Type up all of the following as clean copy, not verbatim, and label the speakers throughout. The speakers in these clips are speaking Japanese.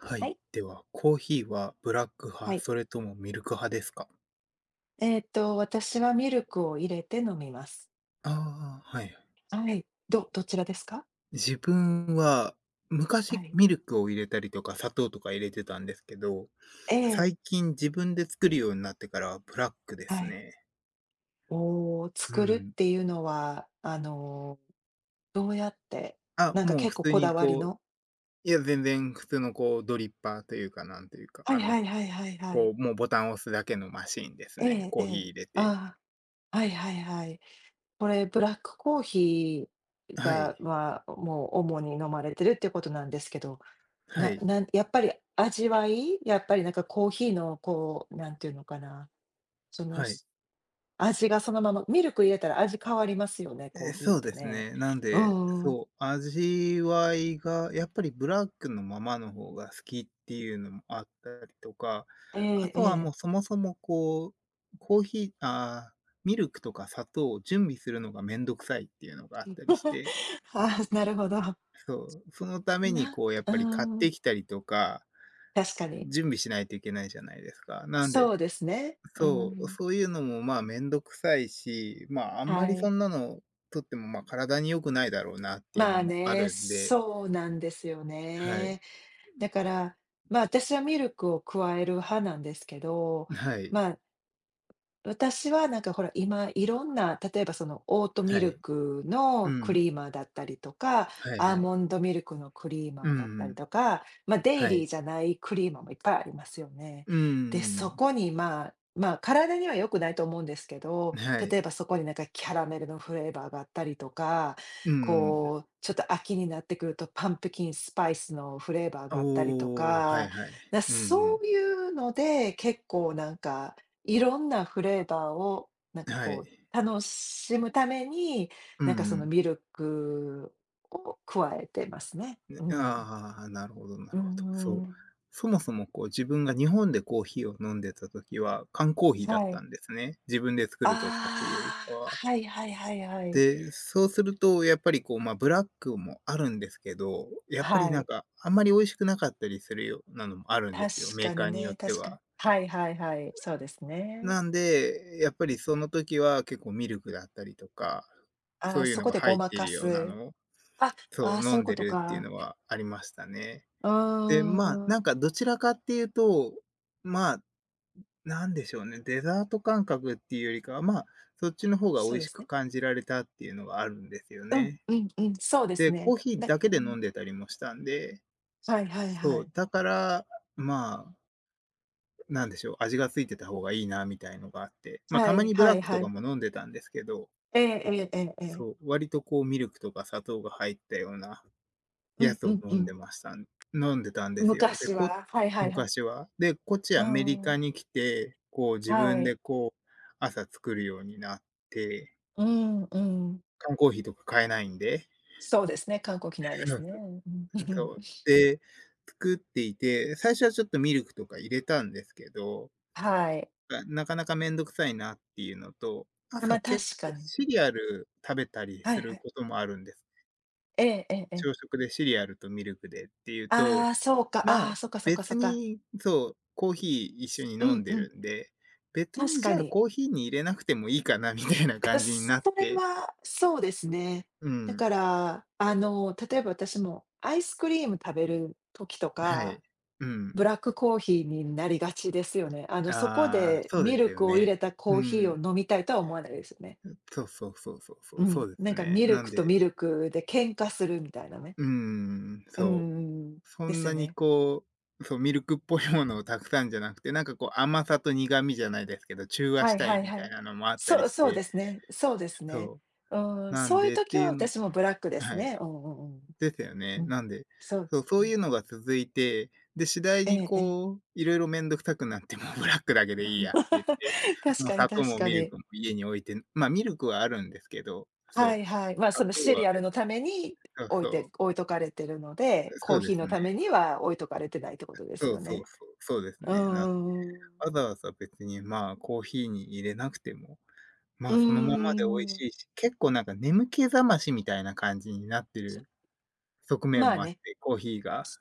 Speaker 1: は
Speaker 2: は
Speaker 1: い。
Speaker 2: い。
Speaker 1: では、コーヒーはブラック
Speaker 2: は
Speaker 1: 派、
Speaker 2: い。
Speaker 1: それともミルク派ですか？
Speaker 2: 私はミルクを入れて飲みます。
Speaker 1: ああ、はい。
Speaker 2: はい。どちらですか？
Speaker 1: 自分は
Speaker 2: は
Speaker 1: 昔
Speaker 2: い。
Speaker 1: ミルクを入れたりとか、砂糖とか入れてたんですけど、
Speaker 2: ええ。
Speaker 1: 最近自分で作るようになってからはブラックで
Speaker 2: は
Speaker 1: す
Speaker 2: い。
Speaker 1: ね。う
Speaker 2: 作る
Speaker 1: ん。
Speaker 2: っていうのは、あの、どうやって、
Speaker 1: あ、
Speaker 2: なんか
Speaker 1: もう
Speaker 2: 結
Speaker 1: 普
Speaker 2: 構
Speaker 1: 通
Speaker 2: こ
Speaker 1: に
Speaker 2: だわり
Speaker 1: こう
Speaker 2: の。
Speaker 1: いや、全然普通のこうドリッパーというか、なんというか、
Speaker 2: はいはいはいはいはい。
Speaker 1: こう、もうボタンを押すだけのマシーンです
Speaker 2: え
Speaker 1: ね。
Speaker 2: ええ
Speaker 1: コーヒー
Speaker 2: え。
Speaker 1: 入れて。
Speaker 2: ああ、はいはいはい。これブラックコーヒー
Speaker 1: はい。
Speaker 2: が、まあ、もう主に飲まれてるっていうことなんですけど、
Speaker 1: は
Speaker 2: な
Speaker 1: い。
Speaker 2: なんやっぱり味わい、やっぱりなんかコーヒーのこう、なんていうのかな、その、
Speaker 1: はい。
Speaker 2: 味がそのままミルク入れたら味変わりますよね、コー
Speaker 1: え、
Speaker 2: ヒー
Speaker 1: そ
Speaker 2: っ
Speaker 1: う
Speaker 2: て
Speaker 1: です
Speaker 2: ね。
Speaker 1: ね。なん
Speaker 2: う
Speaker 1: で、
Speaker 2: んうん。
Speaker 1: そう、味わいがやっぱりブラックのままの方が好きっていうのもあったりとか、
Speaker 2: え
Speaker 1: あ
Speaker 2: え
Speaker 1: と
Speaker 2: え
Speaker 1: はも
Speaker 2: え。
Speaker 1: うそもそもこう、コーヒーあーミルクとか砂糖を準備するのがめんどくさいっていうのがあったりし て、
Speaker 2: ああ、なるほど。
Speaker 1: そう、そのために
Speaker 2: なんう
Speaker 1: こうやっ
Speaker 2: ー
Speaker 1: ぱり買って
Speaker 2: ん、
Speaker 1: きたりとか、
Speaker 2: 確かに。
Speaker 1: 準備しないといけないじゃないですか。なんで
Speaker 2: そうですね。う
Speaker 1: そう、
Speaker 2: ん。
Speaker 1: そういうのも、まあ、めんどくさいし、まあ、あんま
Speaker 2: は
Speaker 1: りそ
Speaker 2: い。
Speaker 1: んなのとっても、ま、体に良くないだろうなっていうの
Speaker 2: まあ
Speaker 1: もあ
Speaker 2: ね、
Speaker 1: るんで、
Speaker 2: そうなんですよ
Speaker 1: はい。
Speaker 2: ね。だから、まあ、私はミルクを加える派なんですけど、
Speaker 1: はい。
Speaker 2: まあ、私はなんかほら、今いろんな、例えばそのオートミ
Speaker 1: は
Speaker 2: ル
Speaker 1: い。
Speaker 2: ク
Speaker 1: う
Speaker 2: のク
Speaker 1: ん。
Speaker 2: リーマーだったりとか、
Speaker 1: はい
Speaker 2: アー
Speaker 1: はい。
Speaker 2: モンドミルクのクリー
Speaker 1: う
Speaker 2: マーだったり
Speaker 1: ん
Speaker 2: とか、ま、デイ
Speaker 1: は
Speaker 2: リー
Speaker 1: い。
Speaker 2: じゃないクリーマーもいっぱいありますよね。
Speaker 1: う
Speaker 2: で、
Speaker 1: ん
Speaker 2: そこにまあ、体には良くないと思うんですけど、
Speaker 1: はい。
Speaker 2: 例えばそこになんかキャラメルのフレーバーがあったりとか、
Speaker 1: うん
Speaker 2: こう、ちょっと秋になってくるとパンプキンスパイスのフレーバーがあったりと
Speaker 1: おお、は
Speaker 2: か、
Speaker 1: いはい。うんう
Speaker 2: そ
Speaker 1: ん。
Speaker 2: ういうので結構なんかいろんなフレーバーを、なんか
Speaker 1: は
Speaker 2: こう、
Speaker 1: い。
Speaker 2: 楽しむために、
Speaker 1: うんう
Speaker 2: なんかその
Speaker 1: ん。
Speaker 2: ミルクを加えてますね。うん。
Speaker 1: ああ、なるほどな
Speaker 2: う
Speaker 1: るほど。そう。
Speaker 2: ん。
Speaker 1: そもそも、こう、自分が日本でコーヒーを飲んでた時は、缶コーヒーだっ
Speaker 2: は
Speaker 1: た
Speaker 2: い。
Speaker 1: んですね。自分で作
Speaker 2: あ
Speaker 1: るとかっていうよりか
Speaker 2: あ、
Speaker 1: は。
Speaker 2: はいはいはいはい。
Speaker 1: で、そうするとやっぱりこう、ま、あブラックもあるんですけど、やっぱり
Speaker 2: は
Speaker 1: なん
Speaker 2: い。
Speaker 1: か、あんまり美味しくなかったりするようなのもあるん
Speaker 2: 確
Speaker 1: ですよ、メ
Speaker 2: か
Speaker 1: ーカ
Speaker 2: に
Speaker 1: ーによっ
Speaker 2: ね、
Speaker 1: て
Speaker 2: 確かに。
Speaker 1: は。
Speaker 2: はいはいはい、そうですね。
Speaker 1: なんで、やっぱりその時は結構ミルクだったりとか、
Speaker 2: あ
Speaker 1: そ
Speaker 2: あ、
Speaker 1: ういう
Speaker 2: そ
Speaker 1: の
Speaker 2: こ
Speaker 1: が
Speaker 2: でご
Speaker 1: 入っ
Speaker 2: ま
Speaker 1: て
Speaker 2: か
Speaker 1: るような
Speaker 2: す。
Speaker 1: のを、
Speaker 2: あ、あ
Speaker 1: そ
Speaker 2: あ、
Speaker 1: う、
Speaker 2: そう
Speaker 1: 飲
Speaker 2: いう
Speaker 1: ん
Speaker 2: こ
Speaker 1: で
Speaker 2: と
Speaker 1: るっていう
Speaker 2: か。
Speaker 1: のはありましたね。
Speaker 2: うー
Speaker 1: で、まあ、なん
Speaker 2: ん、
Speaker 1: かどちらかっていうと、まあ、なんでしょうね、デザート感覚っていうよりかは、まあ、そっちの方が美
Speaker 2: そう
Speaker 1: 味
Speaker 2: で
Speaker 1: し
Speaker 2: す
Speaker 1: く
Speaker 2: ね。
Speaker 1: 感じられたっていうのがあるんですよ
Speaker 2: うん、
Speaker 1: ね。
Speaker 2: うん、うん、そうです
Speaker 1: で、コ
Speaker 2: ね。
Speaker 1: ーヒーだけ
Speaker 2: う
Speaker 1: で
Speaker 2: ん、
Speaker 1: 飲んでたりもしたんで、
Speaker 2: はいはいは
Speaker 1: そ
Speaker 2: い。
Speaker 1: う、だから、まあ、なんでしょう、味がついてた方がいいなみたいのがあって、ま、あ、
Speaker 2: は
Speaker 1: たま
Speaker 2: い
Speaker 1: にブ
Speaker 2: は
Speaker 1: ラッ
Speaker 2: い
Speaker 1: ク
Speaker 2: は
Speaker 1: とか
Speaker 2: い。
Speaker 1: も飲んでたんですけど、
Speaker 2: えええええええ
Speaker 1: そう、
Speaker 2: え。
Speaker 1: 割とこうミルクとか砂糖が入ったような
Speaker 2: う
Speaker 1: や
Speaker 2: ん
Speaker 1: つ
Speaker 2: う
Speaker 1: を
Speaker 2: んうん。
Speaker 1: 飲んでたんですよ。
Speaker 2: 昔は、はいはいはい。
Speaker 1: 昔は。で、こっち
Speaker 2: う
Speaker 1: アメリカ
Speaker 2: ん。
Speaker 1: に来て、こう自
Speaker 2: は
Speaker 1: 分で
Speaker 2: い。
Speaker 1: こう、朝作るようになって、
Speaker 2: うん、うん。
Speaker 1: 缶コーヒーとか買えないんで。
Speaker 2: そうですね、観光機内ですね。うん。
Speaker 1: そう。で、作っていて、最初はちょっとミルクとか入れたんですけど、
Speaker 2: はい。
Speaker 1: なかなかめんどくさいなっていうのと、
Speaker 2: あ、
Speaker 1: 朝
Speaker 2: ま、確
Speaker 1: 結
Speaker 2: か
Speaker 1: 構
Speaker 2: に。
Speaker 1: シリアル食べたり
Speaker 2: はい
Speaker 1: す
Speaker 2: は
Speaker 1: る
Speaker 2: い。
Speaker 1: こともあるんです。
Speaker 2: ええええええ。
Speaker 1: 朝食でシリアルとミルクでっていうと、
Speaker 2: ああ、そうか、
Speaker 1: ま
Speaker 2: あ
Speaker 1: あ、
Speaker 2: あ、そっかそっかそ
Speaker 1: 別
Speaker 2: っか。
Speaker 1: にそう、コーヒー一緒に
Speaker 2: う
Speaker 1: 飲ん
Speaker 2: ん
Speaker 1: で
Speaker 2: うん、
Speaker 1: るんで、別
Speaker 2: 確
Speaker 1: にじ
Speaker 2: か
Speaker 1: ゃあ
Speaker 2: に。
Speaker 1: コーヒーに入れなくてもいいかなみたいな感じになっ
Speaker 2: それ
Speaker 1: て。
Speaker 2: は、そうですね。
Speaker 1: う
Speaker 2: だ
Speaker 1: ん、
Speaker 2: から、あの、例えば私もアイスクリーム食べる時と
Speaker 1: は
Speaker 2: か
Speaker 1: い。う
Speaker 2: ブ
Speaker 1: ん。
Speaker 2: ラックコーヒーになりがちですよね。あの、そこ
Speaker 1: ああ、
Speaker 2: で
Speaker 1: そうで
Speaker 2: ミ
Speaker 1: す
Speaker 2: ル
Speaker 1: よ
Speaker 2: クを入
Speaker 1: ね。
Speaker 2: れた
Speaker 1: う
Speaker 2: コーヒー
Speaker 1: ん。
Speaker 2: を飲みたいとは思わないですよね。
Speaker 1: そうそうそうそうそ
Speaker 2: う
Speaker 1: う、そ
Speaker 2: ん、
Speaker 1: うで
Speaker 2: な
Speaker 1: す
Speaker 2: んか
Speaker 1: ね。
Speaker 2: ミル
Speaker 1: なん
Speaker 2: クと
Speaker 1: で、
Speaker 2: ミルクで喧嘩するみたいなね。
Speaker 1: うーん、
Speaker 2: う
Speaker 1: そう。
Speaker 2: んん。
Speaker 1: そ
Speaker 2: で
Speaker 1: ん
Speaker 2: すよ
Speaker 1: なに
Speaker 2: ね。
Speaker 1: こう、そう、ミルクっぽいものをたくさんじゃなくて、なんかこう甘さと苦味じゃないですけど、中和
Speaker 2: は
Speaker 1: し
Speaker 2: い
Speaker 1: た
Speaker 2: は
Speaker 1: い
Speaker 2: い
Speaker 1: み
Speaker 2: は
Speaker 1: たい
Speaker 2: い。
Speaker 1: なのもあった
Speaker 2: そ
Speaker 1: り
Speaker 2: う
Speaker 1: し
Speaker 2: そうで
Speaker 1: て、
Speaker 2: すね。そうですね。
Speaker 1: そ
Speaker 2: うー
Speaker 1: う、
Speaker 2: ん、
Speaker 1: なん
Speaker 2: そういう
Speaker 1: でって
Speaker 2: 時
Speaker 1: い
Speaker 2: は
Speaker 1: うの
Speaker 2: 私もブラックです
Speaker 1: はい、
Speaker 2: ね。うんうんうん。
Speaker 1: ですよね。
Speaker 2: うん、
Speaker 1: なんで、
Speaker 2: そうで
Speaker 1: そう、
Speaker 2: す
Speaker 1: そうい
Speaker 2: ね。
Speaker 1: うのが続いて、で、次第
Speaker 2: え
Speaker 1: に
Speaker 2: えええ。
Speaker 1: こう、いろいろめんどくさくなって、もうブラックだけでいい やって言って、
Speaker 2: 確
Speaker 1: もう
Speaker 2: かに
Speaker 1: 砂糖
Speaker 2: 確
Speaker 1: も
Speaker 2: か
Speaker 1: ミル
Speaker 2: に。
Speaker 1: クも家に置いてま、あミルクはあるんですけど、
Speaker 2: は
Speaker 1: そ
Speaker 2: い
Speaker 1: う、
Speaker 2: はい。ま、あ、
Speaker 1: 砂
Speaker 2: その
Speaker 1: 糖
Speaker 2: シ
Speaker 1: は
Speaker 2: リアル
Speaker 1: 別
Speaker 2: のために
Speaker 1: そうそう。
Speaker 2: 置いとかれてるので、コ
Speaker 1: そ
Speaker 2: ー
Speaker 1: うで
Speaker 2: ヒー
Speaker 1: す
Speaker 2: の
Speaker 1: ね。
Speaker 2: ためには置いとかれてないってことです
Speaker 1: そ
Speaker 2: よ
Speaker 1: うそう
Speaker 2: ね。
Speaker 1: そう、そうです
Speaker 2: う
Speaker 1: ね。
Speaker 2: んう
Speaker 1: な
Speaker 2: んうん。
Speaker 1: わざわざ別に、まあ、コーヒーに入れなくても、
Speaker 2: う
Speaker 1: まあ、そのままで
Speaker 2: ー
Speaker 1: 美味
Speaker 2: ん。
Speaker 1: しいし、結構なんか眠気覚ましみたいな感じになって
Speaker 2: そ
Speaker 1: る側面
Speaker 2: まあ
Speaker 1: もあっ
Speaker 2: ね、
Speaker 1: て、コーヒーが。
Speaker 2: そ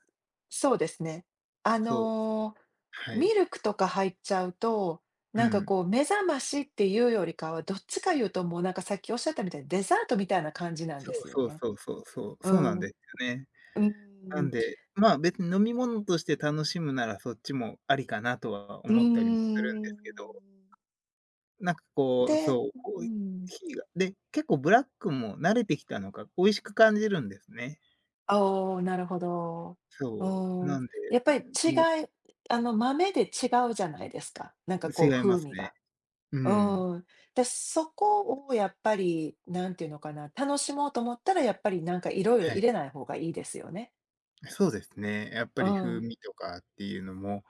Speaker 2: そうですね。あ
Speaker 1: そう、
Speaker 2: の、
Speaker 1: はい。
Speaker 2: ミルクとか入っちゃうと、
Speaker 1: う
Speaker 2: なんか
Speaker 1: ん。
Speaker 2: こう目覚ましっていうよりかは、どっちか言うともうなんかさっきおっしゃったみたいに、デザートみたいな感じなんで
Speaker 1: そう
Speaker 2: すよ
Speaker 1: そう
Speaker 2: ね。
Speaker 1: そうそうそう、
Speaker 2: う
Speaker 1: そうなんで
Speaker 2: ん。
Speaker 1: すよね。
Speaker 2: う
Speaker 1: なん
Speaker 2: ん。
Speaker 1: で、まあ、別に飲み物として楽しむならそっちもありかなとは
Speaker 2: う
Speaker 1: 思ったりもするんで
Speaker 2: ー
Speaker 1: すけど。
Speaker 2: ん。
Speaker 1: なんかこう、
Speaker 2: で
Speaker 1: そ
Speaker 2: う
Speaker 1: う、
Speaker 2: ん。
Speaker 1: 火がで、結構ブラックも慣れてきたのか、美味しく感じるんですね。
Speaker 2: おお、なるほど。う
Speaker 1: そう、
Speaker 2: ーん。
Speaker 1: なんで、
Speaker 2: やっぱり
Speaker 1: も
Speaker 2: いあの、豆で違うじゃないですか。なんか
Speaker 1: う
Speaker 2: こう
Speaker 1: 違いま
Speaker 2: 風
Speaker 1: す
Speaker 2: 味
Speaker 1: ね。
Speaker 2: が。
Speaker 1: う
Speaker 2: う
Speaker 1: ん、
Speaker 2: ーん。で、そこをやっぱり、なんていうのかな、楽しもうと思ったらやっぱりなんかいろいろ
Speaker 1: は
Speaker 2: 入
Speaker 1: い。
Speaker 2: れない方がいいですよね。
Speaker 1: そうですね。やっぱ
Speaker 2: う
Speaker 1: り風
Speaker 2: ん、
Speaker 1: 味とかっていうのも、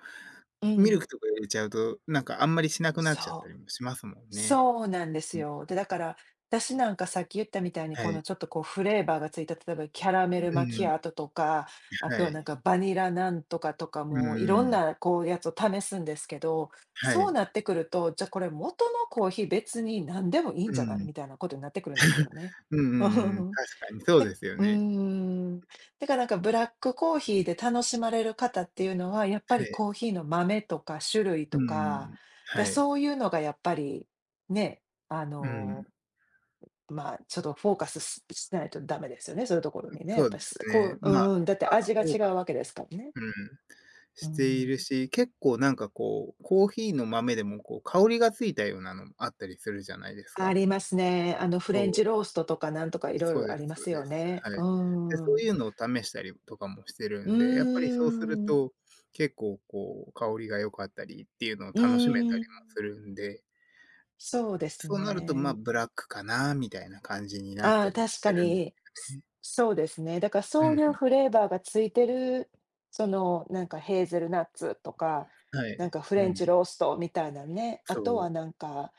Speaker 2: う
Speaker 1: ミル
Speaker 2: ん、
Speaker 1: クとか入れちゃうと、なんかあんまりしなくなっちゃった
Speaker 2: そう。
Speaker 1: りもしますもんね。
Speaker 2: そうなんです
Speaker 1: うん、
Speaker 2: よ。で、だから、私なんかさっき言ったみたいに、
Speaker 1: は
Speaker 2: この
Speaker 1: い。
Speaker 2: ちょっとこうフレーバーがついた、例えばキャラメ
Speaker 1: う
Speaker 2: ルマキ
Speaker 1: ん、
Speaker 2: アートとか、あ
Speaker 1: は
Speaker 2: とはな
Speaker 1: い。
Speaker 2: んかバニラなんとかとか
Speaker 1: う
Speaker 2: も、いろん
Speaker 1: ん
Speaker 2: なこうやつを試すんですけど、
Speaker 1: は
Speaker 2: そう
Speaker 1: い。
Speaker 2: なってくると、じゃあこれ元のコーヒー別に何でもいいん
Speaker 1: う
Speaker 2: じゃない
Speaker 1: ん。
Speaker 2: みたいなことになってくるんですよね。
Speaker 1: うんうんうんうん 確かにそうですよ
Speaker 2: うー
Speaker 1: ね。
Speaker 2: ん。だからなんかブラックコーヒーで楽しまれる方っていうのは、やっぱ
Speaker 1: は
Speaker 2: り
Speaker 1: い。
Speaker 2: コーヒーの豆とか種類
Speaker 1: う
Speaker 2: とか、
Speaker 1: ん。はい。
Speaker 2: そういうのがやっぱり、ね、あ
Speaker 1: う
Speaker 2: の、
Speaker 1: ん。
Speaker 2: まあ、ちょっとフォーカスしないとダメですよね、そういうところにね。や
Speaker 1: そ
Speaker 2: っ
Speaker 1: う
Speaker 2: ぱ
Speaker 1: です
Speaker 2: すこ
Speaker 1: ね。
Speaker 2: う
Speaker 1: まあ、
Speaker 2: だって
Speaker 1: まあ
Speaker 2: 味が
Speaker 1: 多
Speaker 2: 違
Speaker 1: く、謳歌
Speaker 2: うわけですからね。
Speaker 1: うん、
Speaker 2: う
Speaker 1: してい
Speaker 2: ん。
Speaker 1: るし、結構なんかこう、コーヒーの豆でもこう香りがついたようなのもあったりするじゃないです
Speaker 2: あ
Speaker 1: か。
Speaker 2: りますね。あのフレン
Speaker 1: そう、
Speaker 2: チローストとかなんとかいろい
Speaker 1: そう
Speaker 2: ろあ
Speaker 1: です
Speaker 2: りま
Speaker 1: そう
Speaker 2: す
Speaker 1: で
Speaker 2: よ
Speaker 1: す。
Speaker 2: ね。
Speaker 1: はい。
Speaker 2: う
Speaker 1: で、
Speaker 2: ー
Speaker 1: そう
Speaker 2: ん。
Speaker 1: いうのを試したりとかもしてる
Speaker 2: うー
Speaker 1: んで、やっぱりそうする
Speaker 2: ん。
Speaker 1: と、結構こう香りが良かったりっていうのを
Speaker 2: う
Speaker 1: 楽しめた
Speaker 2: ー
Speaker 1: り
Speaker 2: ん。
Speaker 1: もするんで、
Speaker 2: そうです
Speaker 1: そうなると、ま、あ
Speaker 2: ね。
Speaker 1: ブラックかなみたいな感じになっ
Speaker 2: ああ、
Speaker 1: たり
Speaker 2: 確か
Speaker 1: するんです
Speaker 2: に、
Speaker 1: よね。
Speaker 2: そうですね。だからそうい
Speaker 1: う
Speaker 2: う
Speaker 1: ん、
Speaker 2: フレーバーがついてる、その、なんかヘーゼルナッツとか、
Speaker 1: はい。
Speaker 2: なんかフ
Speaker 1: う
Speaker 2: レンチ
Speaker 1: ん、
Speaker 2: ローストみたいなね、あ
Speaker 1: そ
Speaker 2: とは
Speaker 1: う。
Speaker 2: なんか、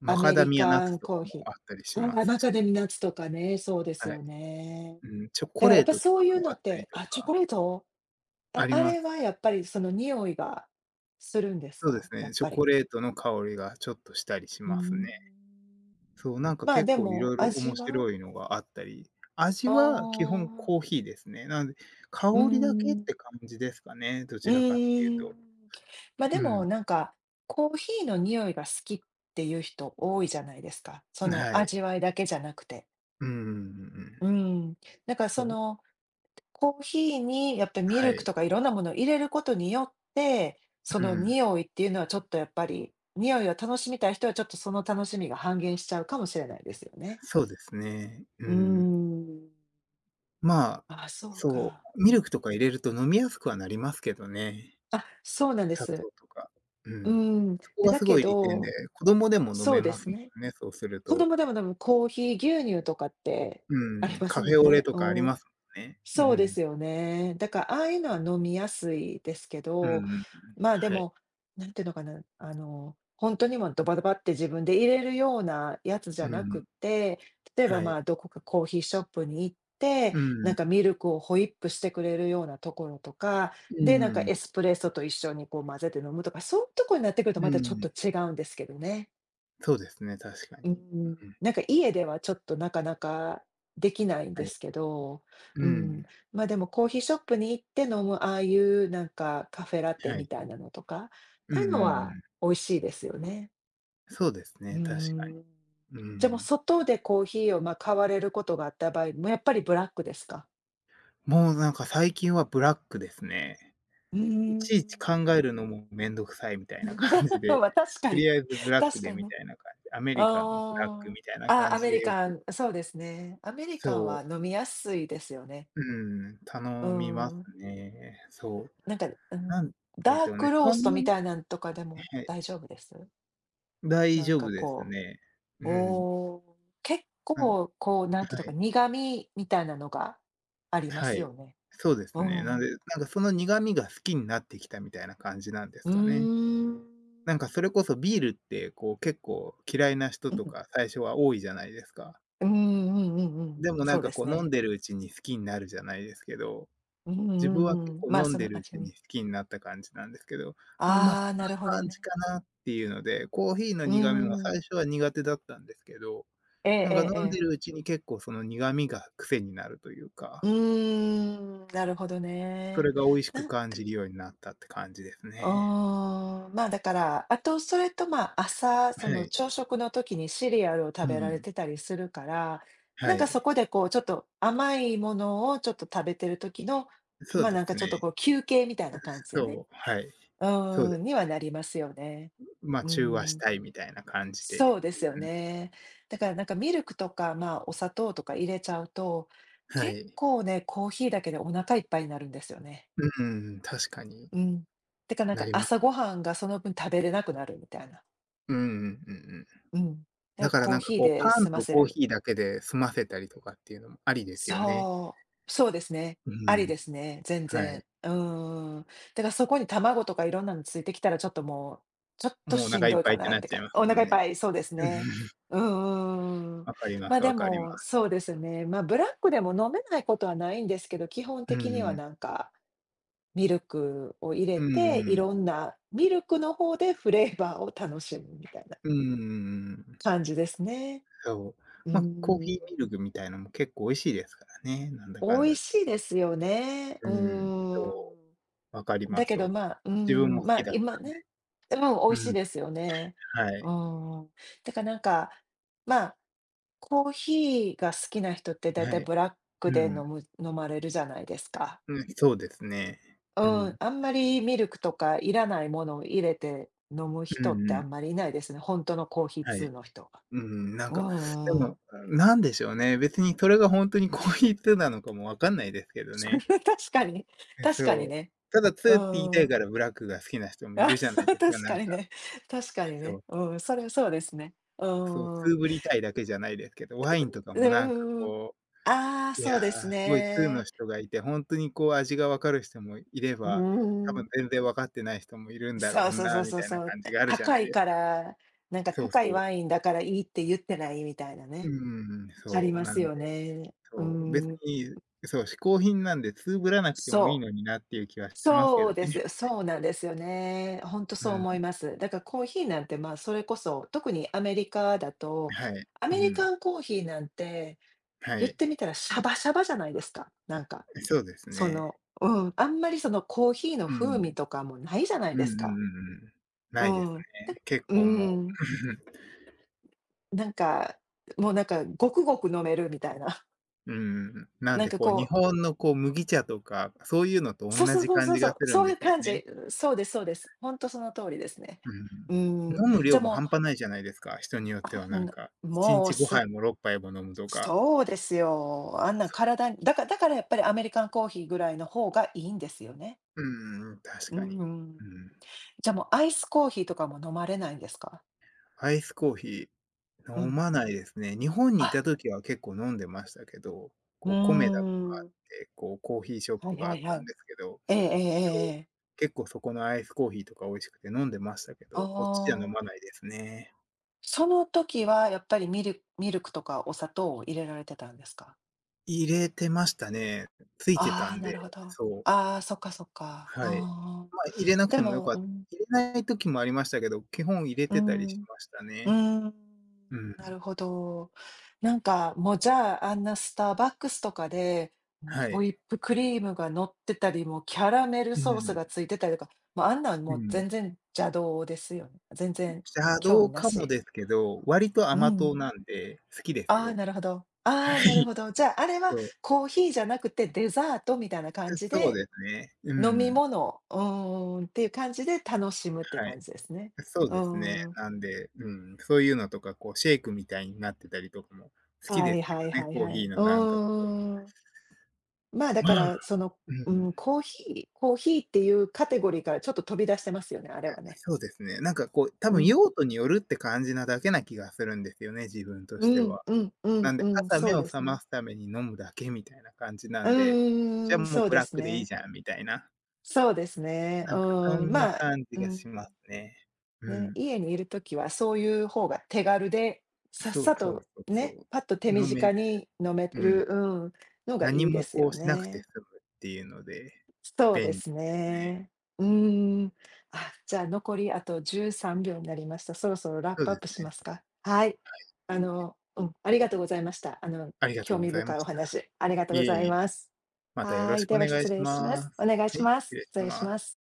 Speaker 1: マ
Speaker 2: ア
Speaker 1: カ
Speaker 2: メ
Speaker 1: ダ
Speaker 2: リ
Speaker 1: ミアナッ
Speaker 2: カン
Speaker 1: ツとか
Speaker 2: コー
Speaker 1: も
Speaker 2: ヒ
Speaker 1: あったり
Speaker 2: ー、
Speaker 1: しま
Speaker 2: ああ、
Speaker 1: す
Speaker 2: マカデ
Speaker 1: し、
Speaker 2: ミナッツとかね、そうです
Speaker 1: はい。
Speaker 2: よね。
Speaker 1: うん、チョ
Speaker 2: だ
Speaker 1: コ
Speaker 2: からや
Speaker 1: レ
Speaker 2: っ
Speaker 1: ー
Speaker 2: ぱ
Speaker 1: トと
Speaker 2: そうい
Speaker 1: か
Speaker 2: う
Speaker 1: も
Speaker 2: の
Speaker 1: あっ
Speaker 2: っ
Speaker 1: たり
Speaker 2: て、
Speaker 1: と
Speaker 2: あ、チョコ
Speaker 1: か、
Speaker 2: レート？あ
Speaker 1: あり
Speaker 2: あ
Speaker 1: ま
Speaker 2: れ
Speaker 1: す。
Speaker 2: はやっぱりその匂いがするんです
Speaker 1: そうで
Speaker 2: か？
Speaker 1: す
Speaker 2: やっ
Speaker 1: ね、チョ
Speaker 2: ぱり。
Speaker 1: コレートの香りがちょっとしたりし
Speaker 2: うー
Speaker 1: ますね。
Speaker 2: ん。
Speaker 1: そう、なんか
Speaker 2: まあ、
Speaker 1: 結
Speaker 2: で
Speaker 1: 構い
Speaker 2: も
Speaker 1: ろいろ
Speaker 2: 味
Speaker 1: 面
Speaker 2: は？
Speaker 1: 白いのがあったり、味
Speaker 2: あ
Speaker 1: は基本
Speaker 2: あ、
Speaker 1: コーヒーですね。なので、香
Speaker 2: うー
Speaker 1: りだけっ
Speaker 2: ん。
Speaker 1: て感じですかね、ど
Speaker 2: う
Speaker 1: ちらかっていう
Speaker 2: ーん。
Speaker 1: と。
Speaker 2: ま、で
Speaker 1: う
Speaker 2: も、
Speaker 1: ん、
Speaker 2: なんか、コーヒーの匂いが好きっていう人多いじゃないですか。その
Speaker 1: はい。
Speaker 2: 味わいだけじゃなくて。
Speaker 1: うんうんうんう
Speaker 2: う
Speaker 1: ん。
Speaker 2: ん。だから、
Speaker 1: そ
Speaker 2: そ
Speaker 1: う、
Speaker 2: の、コーヒーにやっぱりミ
Speaker 1: は
Speaker 2: ルク
Speaker 1: い。
Speaker 2: とかいろんなものを入れることによって、そ
Speaker 1: う
Speaker 2: の
Speaker 1: ん、
Speaker 2: 匂いっていうのはちょっとやっぱり、匂いを楽しみたい人はちょっとその楽しみが半減しちゃうかもしれないですよね。
Speaker 1: そうですね。う
Speaker 2: うー
Speaker 1: ん。
Speaker 2: ん。
Speaker 1: まあ、
Speaker 2: あ、そう
Speaker 1: そ
Speaker 2: か。
Speaker 1: う、
Speaker 2: う
Speaker 1: ミル
Speaker 2: ん。
Speaker 1: クとか入れると飲みやすくはなりますけどね。
Speaker 2: あ、そうなんで
Speaker 1: 砂
Speaker 2: す。
Speaker 1: 糖とか。う
Speaker 2: う
Speaker 1: ん。
Speaker 2: ん。
Speaker 1: そこ
Speaker 2: で、
Speaker 1: が
Speaker 2: だ
Speaker 1: す
Speaker 2: け
Speaker 1: ごい利点で、
Speaker 2: ど、
Speaker 1: 子供でも飲
Speaker 2: そう
Speaker 1: め
Speaker 2: で
Speaker 1: ます
Speaker 2: す
Speaker 1: も
Speaker 2: ね。
Speaker 1: んね、そうする
Speaker 2: 子
Speaker 1: と。
Speaker 2: 供でも、コーヒー牛乳とかってあり
Speaker 1: うん、
Speaker 2: ます
Speaker 1: カフ
Speaker 2: もん
Speaker 1: ェオレ
Speaker 2: ね。
Speaker 1: とかあり
Speaker 2: うん。
Speaker 1: ますもんね。う
Speaker 2: そうで
Speaker 1: ん。
Speaker 2: すよね。だから、ああいうのは飲みやすいですけ
Speaker 1: うんうん
Speaker 2: ど、
Speaker 1: うん。
Speaker 2: まあ、で
Speaker 1: はい。
Speaker 2: も、なんていうのかな、あの、本当にもうドバドバって自分で入れるようなやつじゃ
Speaker 1: う
Speaker 2: なく
Speaker 1: ん。
Speaker 2: て、例えば、
Speaker 1: は
Speaker 2: ま
Speaker 1: い。
Speaker 2: あ、どこかコーヒーショップに行って、
Speaker 1: う
Speaker 2: なん
Speaker 1: ん。
Speaker 2: かミルクをホイップしてくれるようなところとか、
Speaker 1: う
Speaker 2: で、なんか
Speaker 1: ん。
Speaker 2: エスプレッソと一緒にこう混ぜて飲むとか、そういうところになってくると
Speaker 1: う
Speaker 2: またちょっ
Speaker 1: ん。
Speaker 2: と違うんですけどね。
Speaker 1: そうですね、確か
Speaker 2: うー
Speaker 1: に。
Speaker 2: ん、
Speaker 1: うん。
Speaker 2: なんか家ではちょっとなかなかできないん
Speaker 1: は
Speaker 2: で
Speaker 1: い。
Speaker 2: すけど、
Speaker 1: う
Speaker 2: うん、
Speaker 1: ん。
Speaker 2: ま、でもコーヒーショップに行って飲むああいうなんかカフェラテ
Speaker 1: は
Speaker 2: み
Speaker 1: い。
Speaker 2: たいなのとか、あ
Speaker 1: うん
Speaker 2: あ
Speaker 1: う
Speaker 2: いうの
Speaker 1: んう
Speaker 2: は
Speaker 1: ん。
Speaker 2: 美味しいですよね。
Speaker 1: そうです
Speaker 2: うー
Speaker 1: ね、確か
Speaker 2: ん。
Speaker 1: に。う
Speaker 2: じゃ、もう
Speaker 1: ん。
Speaker 2: 外でコーヒーを、ま、買われることがあった場合、もうやっぱりブラックですか？
Speaker 1: もうなんか最近はブラックですね。
Speaker 2: うー
Speaker 1: いちいち考える
Speaker 2: ん。
Speaker 1: のもめんどくさいみたいな感じ で、
Speaker 2: ま、確か
Speaker 1: と
Speaker 2: に。
Speaker 1: りあえずブ ラック
Speaker 2: 確か
Speaker 1: で
Speaker 2: に
Speaker 1: み
Speaker 2: ね。
Speaker 1: たいな感じ、アメリカンのブラック
Speaker 2: あ
Speaker 1: みたいな
Speaker 2: あ、あ、
Speaker 1: 感
Speaker 2: ア
Speaker 1: じ
Speaker 2: メ
Speaker 1: で
Speaker 2: リ
Speaker 1: よ
Speaker 2: カ
Speaker 1: く
Speaker 2: ン、そうですね。アメリカン
Speaker 1: そ
Speaker 2: は
Speaker 1: う、
Speaker 2: 飲みやすいですよね。
Speaker 1: うん、
Speaker 2: う
Speaker 1: 頼みます
Speaker 2: ん。
Speaker 1: ね。そう。
Speaker 2: なんか、う
Speaker 1: な
Speaker 2: ん、
Speaker 1: んで
Speaker 2: ダー
Speaker 1: しょうね、
Speaker 2: クロー
Speaker 1: そ
Speaker 2: ス
Speaker 1: ん
Speaker 2: ト
Speaker 1: な
Speaker 2: み
Speaker 1: に
Speaker 2: たいなんとかでも
Speaker 1: はい、
Speaker 2: 大丈夫です？
Speaker 1: 大
Speaker 2: なん
Speaker 1: 丈
Speaker 2: か
Speaker 1: 夫です
Speaker 2: こ
Speaker 1: ね。
Speaker 2: う、
Speaker 1: うん。
Speaker 2: おー結
Speaker 1: なんは
Speaker 2: 構こう、なんていうのか、
Speaker 1: い。
Speaker 2: 苦味みたいなのがありま
Speaker 1: は
Speaker 2: す
Speaker 1: い。
Speaker 2: よね。
Speaker 1: そうです
Speaker 2: う
Speaker 1: ね。
Speaker 2: んう
Speaker 1: なん
Speaker 2: ん。
Speaker 1: で、なんかその苦味が好きになってきたみたいな感じなんです
Speaker 2: う
Speaker 1: かね。
Speaker 2: ーん。
Speaker 1: なんかそれこそビールってこう結構嫌いな人
Speaker 2: う
Speaker 1: と
Speaker 2: ん。
Speaker 1: か最初は多いじゃないですか。
Speaker 2: うんうんうんうん。
Speaker 1: でもな
Speaker 2: そ
Speaker 1: ん
Speaker 2: う
Speaker 1: か
Speaker 2: で
Speaker 1: こ
Speaker 2: す
Speaker 1: う飲ん
Speaker 2: ね。
Speaker 1: でるうちに好きになるじゃないですけど、
Speaker 2: うんう
Speaker 1: 自分は結
Speaker 2: んうん。
Speaker 1: 構
Speaker 2: まあ、
Speaker 1: 飲ん
Speaker 2: そ
Speaker 1: で
Speaker 2: の
Speaker 1: るうち
Speaker 2: 味に。
Speaker 1: に好きになった感じなんですけど、ま、そん
Speaker 2: ああ、なるほ
Speaker 1: な
Speaker 2: ど
Speaker 1: 感
Speaker 2: ね。
Speaker 1: じかなっていうので、コーヒーの
Speaker 2: う
Speaker 1: 苦味も
Speaker 2: ーん。
Speaker 1: 最初は苦手だったんですけど、
Speaker 2: ええ
Speaker 1: なん
Speaker 2: え
Speaker 1: か飲
Speaker 2: ええ
Speaker 1: んで
Speaker 2: え。
Speaker 1: るうちに結構その苦味が癖になるという
Speaker 2: う
Speaker 1: か、
Speaker 2: ーん、なるほど
Speaker 1: そ
Speaker 2: ね。
Speaker 1: れが美味しく
Speaker 2: なん
Speaker 1: 感じるようになったって感じですね。
Speaker 2: ああ、まあ、だから、あと、それと、まあ、朝、そ
Speaker 1: は
Speaker 2: の
Speaker 1: い。
Speaker 2: 朝食の時にシリアルを食
Speaker 1: う
Speaker 2: べられ
Speaker 1: ん。
Speaker 2: てたりするから、な
Speaker 1: は
Speaker 2: んかそ
Speaker 1: い。
Speaker 2: こでこう、ちょっと甘いものをちょっと食べてる時の、
Speaker 1: そ
Speaker 2: ま
Speaker 1: う
Speaker 2: あ、
Speaker 1: で
Speaker 2: なん
Speaker 1: す
Speaker 2: かちょっと
Speaker 1: ね。
Speaker 2: こう休憩みたいな感じでね、
Speaker 1: そう、はい。
Speaker 2: う
Speaker 1: そう
Speaker 2: ー
Speaker 1: で
Speaker 2: ん、
Speaker 1: す。
Speaker 2: にはなりますよね。
Speaker 1: ま、
Speaker 2: うー
Speaker 1: 中和し
Speaker 2: ん、
Speaker 1: たいみたいな感じで。
Speaker 2: そうですよね。だからなんかミルクとか、まあ、お砂糖とか入れちゃうと、
Speaker 1: は
Speaker 2: 結
Speaker 1: い。
Speaker 2: 構ね、コーヒーだけでお腹いっぱいになるんですよね。
Speaker 1: うん、確かに
Speaker 2: うん。てかなん
Speaker 1: な
Speaker 2: か
Speaker 1: りま
Speaker 2: 朝
Speaker 1: す。
Speaker 2: ごはんがその分食べれなくなるみたいな。
Speaker 1: うんうんうんうん。
Speaker 2: うん。
Speaker 1: だから
Speaker 2: コ
Speaker 1: な
Speaker 2: ー
Speaker 1: んか
Speaker 2: ヒー
Speaker 1: こう、パ
Speaker 2: で
Speaker 1: ン
Speaker 2: 済ま
Speaker 1: と
Speaker 2: せ
Speaker 1: コー
Speaker 2: る。
Speaker 1: ヒーだけで済ませたりとかっていうのもありですよね。
Speaker 2: そそうですね。
Speaker 1: う
Speaker 2: ありで
Speaker 1: ん、
Speaker 2: すね、全
Speaker 1: はい。
Speaker 2: 然。うーん。だからそこに卵とかいろんなのついてきたらちょっともう、ちょっと
Speaker 1: もうお
Speaker 2: しん
Speaker 1: 腹いっ
Speaker 2: どい
Speaker 1: ぱ
Speaker 2: か
Speaker 1: いって
Speaker 2: な
Speaker 1: な
Speaker 2: っ
Speaker 1: っ
Speaker 2: て
Speaker 1: ちゃ
Speaker 2: か
Speaker 1: います
Speaker 2: お
Speaker 1: も
Speaker 2: 腹い
Speaker 1: ん
Speaker 2: っ
Speaker 1: ね。
Speaker 2: ぱい、そうです
Speaker 1: うん。
Speaker 2: ね。うんうん。
Speaker 1: わかりま
Speaker 2: まあ
Speaker 1: す
Speaker 2: で
Speaker 1: わかりま
Speaker 2: も、そ
Speaker 1: す。
Speaker 2: うですね、ま、ブラックでも飲めないことはないんですけど、基本
Speaker 1: う
Speaker 2: 的には
Speaker 1: ん。
Speaker 2: なんかミルクを入れ
Speaker 1: う
Speaker 2: て、
Speaker 1: ん
Speaker 2: い
Speaker 1: うん。
Speaker 2: ろんなミルクの方でフレーバーを楽しむみたいな
Speaker 1: うんうんうんうん。
Speaker 2: 感じですね。
Speaker 1: そう。
Speaker 2: うー
Speaker 1: まあ、コー
Speaker 2: ん。
Speaker 1: ヒーミルクみたいのも結構美味しいですからね、なんだかん
Speaker 2: 美味
Speaker 1: だで。
Speaker 2: しいですよね。
Speaker 1: う
Speaker 2: う
Speaker 1: ん、
Speaker 2: ーん。
Speaker 1: そう、わかりま
Speaker 2: だけ
Speaker 1: す
Speaker 2: ど、
Speaker 1: わか
Speaker 2: ま
Speaker 1: り
Speaker 2: あ、うー
Speaker 1: ます。自分も
Speaker 2: ん、
Speaker 1: 好
Speaker 2: ま
Speaker 1: き
Speaker 2: あ、
Speaker 1: だっ
Speaker 2: 今
Speaker 1: た。
Speaker 2: ね、うん、美
Speaker 1: う
Speaker 2: 味しい
Speaker 1: ん、
Speaker 2: ですよね。
Speaker 1: は
Speaker 2: う
Speaker 1: い、
Speaker 2: ーん。だからなんか、まあ、コーヒーが好きな人ってだい
Speaker 1: は
Speaker 2: たい
Speaker 1: い。
Speaker 2: ブラックで
Speaker 1: う
Speaker 2: 飲
Speaker 1: ん、
Speaker 2: む飲まれるじゃないですか。
Speaker 1: うん、そうですね。う
Speaker 2: うん、
Speaker 1: ん、
Speaker 2: あんまりミルクとかいらないものを入れて飲む
Speaker 1: うん
Speaker 2: 人ってあ
Speaker 1: うん、
Speaker 2: んまりいないですね。本当のコーヒー
Speaker 1: は
Speaker 2: 通
Speaker 1: い。
Speaker 2: の人は。
Speaker 1: うん、なん
Speaker 2: う
Speaker 1: か、
Speaker 2: んう
Speaker 1: で
Speaker 2: んう
Speaker 1: も、
Speaker 2: ん。
Speaker 1: なんでしょうね、別にそれが本当にコーヒー2なのかもわかんないですけ ど
Speaker 2: それ
Speaker 1: ね。
Speaker 2: は確かに、
Speaker 1: え、
Speaker 2: 確か
Speaker 1: そ
Speaker 2: に
Speaker 1: う。
Speaker 2: ね。
Speaker 1: ただ
Speaker 2: う
Speaker 1: 2って言いた
Speaker 2: ん
Speaker 1: い
Speaker 2: あ
Speaker 1: からブラックが好きな人 もいるじゃないですか、
Speaker 2: 確
Speaker 1: な
Speaker 2: か
Speaker 1: んか。
Speaker 2: にね、確かに
Speaker 1: そ
Speaker 2: ね。
Speaker 1: う、
Speaker 2: うん、それはそうですね。う
Speaker 1: そう、
Speaker 2: んうん。
Speaker 1: 2ぶりたいだけじゃないですけど、ワインとかもなんか
Speaker 2: ん。
Speaker 1: こ
Speaker 2: ああ、
Speaker 1: う、いや、
Speaker 2: そうです
Speaker 1: すごい2の
Speaker 2: ね。
Speaker 1: 人がいて、ほんとにこう味がわかる人もいれ
Speaker 2: う
Speaker 1: ば、多分
Speaker 2: ーん。
Speaker 1: 全然わかってない人もいるんだろ
Speaker 2: そ
Speaker 1: う
Speaker 2: うそうそ
Speaker 1: な
Speaker 2: う
Speaker 1: み
Speaker 2: そう
Speaker 1: たいな
Speaker 2: そう。
Speaker 1: 感じがあるじゃ
Speaker 2: 高
Speaker 1: ない
Speaker 2: い
Speaker 1: です
Speaker 2: か
Speaker 1: か。
Speaker 2: ら、なんか
Speaker 1: そうそ
Speaker 2: 高い
Speaker 1: う。
Speaker 2: ワインだからいいって言ってないみたいな
Speaker 1: う
Speaker 2: ね、
Speaker 1: んうんうん、
Speaker 2: あり
Speaker 1: そう、
Speaker 2: ま
Speaker 1: な
Speaker 2: す
Speaker 1: ん
Speaker 2: よ
Speaker 1: で
Speaker 2: ね。う
Speaker 1: そう、別
Speaker 2: ん。
Speaker 1: に、そう、嗜好品なんでつぶらなくてもいい
Speaker 2: そう、
Speaker 1: のになっていう気はしますけ
Speaker 2: そ
Speaker 1: ど
Speaker 2: う
Speaker 1: ね。
Speaker 2: です。そうなんですよね。ほんと
Speaker 1: う
Speaker 2: そう思い
Speaker 1: ん、
Speaker 2: ます。だからコーヒーなんて、まあ、それこそ、特にアメリカだと、
Speaker 1: はい。
Speaker 2: ア
Speaker 1: う
Speaker 2: メリ
Speaker 1: ん、
Speaker 2: カンコーヒーなんて、
Speaker 1: は
Speaker 2: 言っ
Speaker 1: い。
Speaker 2: てみたらシャバシャバじゃないですか、なんか。
Speaker 1: そうです
Speaker 2: そ
Speaker 1: ね。
Speaker 2: の、うん、あんまりそのコーヒーの
Speaker 1: うん。う
Speaker 2: 風味
Speaker 1: ん
Speaker 2: とかもないじゃない
Speaker 1: うんうん
Speaker 2: で
Speaker 1: う
Speaker 2: すか。
Speaker 1: ん。
Speaker 2: う
Speaker 1: ないです
Speaker 2: ん、
Speaker 1: ね。結
Speaker 2: う
Speaker 1: 構もう
Speaker 2: ん。なんか、もうなんか、ごくごく飲めるみたいな。
Speaker 1: うん、なん
Speaker 2: なん
Speaker 1: で
Speaker 2: か
Speaker 1: こう日
Speaker 2: こう、
Speaker 1: 本のこう麦茶とか、そういうのと
Speaker 2: そう
Speaker 1: 同
Speaker 2: そう
Speaker 1: じ
Speaker 2: そう
Speaker 1: 感
Speaker 2: そう
Speaker 1: じ
Speaker 2: そ
Speaker 1: がす
Speaker 2: う、
Speaker 1: るん
Speaker 2: そういう
Speaker 1: ですよ
Speaker 2: 感
Speaker 1: ね。
Speaker 2: じ。そうですそうです。ほんとその通りですね。うん。
Speaker 1: うん。飲む
Speaker 2: じ
Speaker 1: 量
Speaker 2: ゃあ
Speaker 1: も
Speaker 2: も
Speaker 1: 半
Speaker 2: う、
Speaker 1: 端ないじゃないですか、人によって
Speaker 2: あ、
Speaker 1: はなん
Speaker 2: な
Speaker 1: か、1
Speaker 2: もう、
Speaker 1: 日5杯
Speaker 2: す
Speaker 1: も6杯も飲むとか。
Speaker 2: そうですよ。あんな
Speaker 1: そ
Speaker 2: 体にだからやっぱりアメリカンコーヒーぐらいの方がいいんですよね。
Speaker 1: うん、確
Speaker 2: う
Speaker 1: かに。
Speaker 2: ん。
Speaker 1: うん。
Speaker 2: じゃ、もうアイスコーヒーとかも飲まれないんですか？
Speaker 1: アイスコーヒ
Speaker 2: う
Speaker 1: ー、飲
Speaker 2: ん。
Speaker 1: まないですね。日本にい
Speaker 2: あ、
Speaker 1: た時は結構飲んでましたけど、
Speaker 2: うー
Speaker 1: こう、コメダとかあっ
Speaker 2: ん。
Speaker 1: て、こう、コーヒーショッ
Speaker 2: はい
Speaker 1: プが
Speaker 2: は
Speaker 1: あっ
Speaker 2: いは
Speaker 1: たん
Speaker 2: い。
Speaker 1: ですけど、
Speaker 2: ええええ
Speaker 1: そ
Speaker 2: え
Speaker 1: う、
Speaker 2: え、
Speaker 1: 結構そこのアイスコーヒーとか美味しくて飲んでましたけ
Speaker 2: あ
Speaker 1: ど、こっちじゃ飲まな
Speaker 2: あ。
Speaker 1: いですね。
Speaker 2: その時はやっぱりミルクとかお砂糖を入れられてたんですか？
Speaker 1: 入れてましたね。ついてた
Speaker 2: ああ、
Speaker 1: ん
Speaker 2: な
Speaker 1: で、
Speaker 2: るほど。
Speaker 1: そう、
Speaker 2: ああ、そっかそっか。
Speaker 1: はい。
Speaker 2: ああ。
Speaker 1: まあ、入れなく
Speaker 2: で
Speaker 1: てもよ
Speaker 2: も
Speaker 1: か
Speaker 2: う
Speaker 1: っ
Speaker 2: ん、
Speaker 1: 入れない時もありましたけど、基本入れ
Speaker 2: うー
Speaker 1: てたり
Speaker 2: ん。
Speaker 1: しました
Speaker 2: うー
Speaker 1: ね。
Speaker 2: ん、
Speaker 1: うん。
Speaker 2: なるほど。なんか、もう、じゃあ、あんなスターバックスとかで、もう
Speaker 1: は
Speaker 2: ホ
Speaker 1: い。
Speaker 2: イップクリームが乗ってたり、もうキャラメル
Speaker 1: う
Speaker 2: ソース
Speaker 1: ん、
Speaker 2: がついてたりとか、もう、あんなん
Speaker 1: う
Speaker 2: もう
Speaker 1: ん。
Speaker 2: 全然邪道ですよね。全然もう
Speaker 1: 邪
Speaker 2: 興
Speaker 1: 道
Speaker 2: 味な
Speaker 1: かも
Speaker 2: し。
Speaker 1: ですけど、割と
Speaker 2: う
Speaker 1: 甘
Speaker 2: ん。
Speaker 1: 党なんで、好きで
Speaker 2: あ
Speaker 1: す
Speaker 2: あ、
Speaker 1: よ。
Speaker 2: なるほど。ああ、
Speaker 1: は
Speaker 2: なる
Speaker 1: い、
Speaker 2: ほど。じゃあ、あれは
Speaker 1: そう。
Speaker 2: コーヒーじゃなくてデザートみたいな感じ
Speaker 1: そう
Speaker 2: で、
Speaker 1: ですね。う
Speaker 2: 飲み
Speaker 1: ん。
Speaker 2: 物、うーん、っていう感じで楽しむっていう
Speaker 1: はい。
Speaker 2: 感じですね。
Speaker 1: そう
Speaker 2: う
Speaker 1: ですね。
Speaker 2: ーん。
Speaker 1: なんで、うん、そういうのとか、こうシェイクみたいになってたりとかも好き
Speaker 2: は
Speaker 1: で
Speaker 2: い
Speaker 1: すけ
Speaker 2: はい
Speaker 1: どね、
Speaker 2: はい
Speaker 1: コー
Speaker 2: は
Speaker 1: ヒ
Speaker 2: い。
Speaker 1: ー
Speaker 2: う
Speaker 1: のなんかこう、
Speaker 2: ーん。まあ、だ
Speaker 1: ま
Speaker 2: か
Speaker 1: あ、
Speaker 2: ら、その、
Speaker 1: う
Speaker 2: う
Speaker 1: ん、
Speaker 2: ん、コーヒーコーヒーっていうカテゴリーからちょっと飛び出してますよね、あれはね。
Speaker 1: そうですね。なんかこう、多
Speaker 2: う
Speaker 1: 分
Speaker 2: ん。
Speaker 1: 用途によるって感じなだけな気がするんですよね、自分と
Speaker 2: う
Speaker 1: して
Speaker 2: ん
Speaker 1: は。
Speaker 2: うんう
Speaker 1: な
Speaker 2: ん
Speaker 1: ん
Speaker 2: う
Speaker 1: で、
Speaker 2: ん、
Speaker 1: 朝
Speaker 2: そ
Speaker 1: 目
Speaker 2: う
Speaker 1: を
Speaker 2: です
Speaker 1: 覚ま
Speaker 2: ね。
Speaker 1: すために飲むだけみたいな感じな
Speaker 2: う
Speaker 1: んで、じゃあ
Speaker 2: んん
Speaker 1: もう
Speaker 2: そう
Speaker 1: ブ
Speaker 2: で
Speaker 1: ラッ
Speaker 2: す
Speaker 1: クでいい
Speaker 2: ね。
Speaker 1: じゃんみたいな。
Speaker 2: そうですね。う
Speaker 1: なんか
Speaker 2: ー
Speaker 1: そ
Speaker 2: ん、
Speaker 1: んな
Speaker 2: まあ、
Speaker 1: 感じ
Speaker 2: う
Speaker 1: がします
Speaker 2: ん、
Speaker 1: ね。う
Speaker 2: ね、
Speaker 1: ん。
Speaker 2: 家にいる時はそういう方が手軽で、さっ
Speaker 1: そう
Speaker 2: さ
Speaker 1: そう
Speaker 2: と
Speaker 1: そう
Speaker 2: ね、
Speaker 1: そ
Speaker 2: パッと手
Speaker 1: う。飲める。
Speaker 2: 短に飲め
Speaker 1: うん。
Speaker 2: る、うん、のが
Speaker 1: 何
Speaker 2: いいで
Speaker 1: も
Speaker 2: す
Speaker 1: こ
Speaker 2: よ
Speaker 1: うしなくて済
Speaker 2: ね。
Speaker 1: むっていうので、
Speaker 2: そうで
Speaker 1: 便利で
Speaker 2: す
Speaker 1: すね。
Speaker 2: ね。うーん。あ、じゃあ残りあと13秒になりました。そろそろラッ
Speaker 1: そう
Speaker 2: プ
Speaker 1: で
Speaker 2: アッ
Speaker 1: す
Speaker 2: プしま
Speaker 1: ね。
Speaker 2: すか？はい。あの、うん、ありがとうございました。あの、
Speaker 1: ありがと
Speaker 2: 興
Speaker 1: うご
Speaker 2: 味
Speaker 1: ざいま
Speaker 2: 深いお
Speaker 1: した。
Speaker 2: 話、ありがとう
Speaker 1: い
Speaker 2: ご
Speaker 1: え
Speaker 2: ざい
Speaker 1: いえ。
Speaker 2: ます。
Speaker 1: またよ
Speaker 2: は
Speaker 1: ろ
Speaker 2: い、
Speaker 1: しく
Speaker 2: で
Speaker 1: お
Speaker 2: は
Speaker 1: 願い
Speaker 2: 失
Speaker 1: し
Speaker 2: 礼しま
Speaker 1: ま
Speaker 2: す。お
Speaker 1: す。
Speaker 2: 願い
Speaker 1: は
Speaker 2: し
Speaker 1: い、失
Speaker 2: ます。
Speaker 1: 礼し
Speaker 2: 失礼し
Speaker 1: ま
Speaker 2: ま
Speaker 1: す。
Speaker 2: す。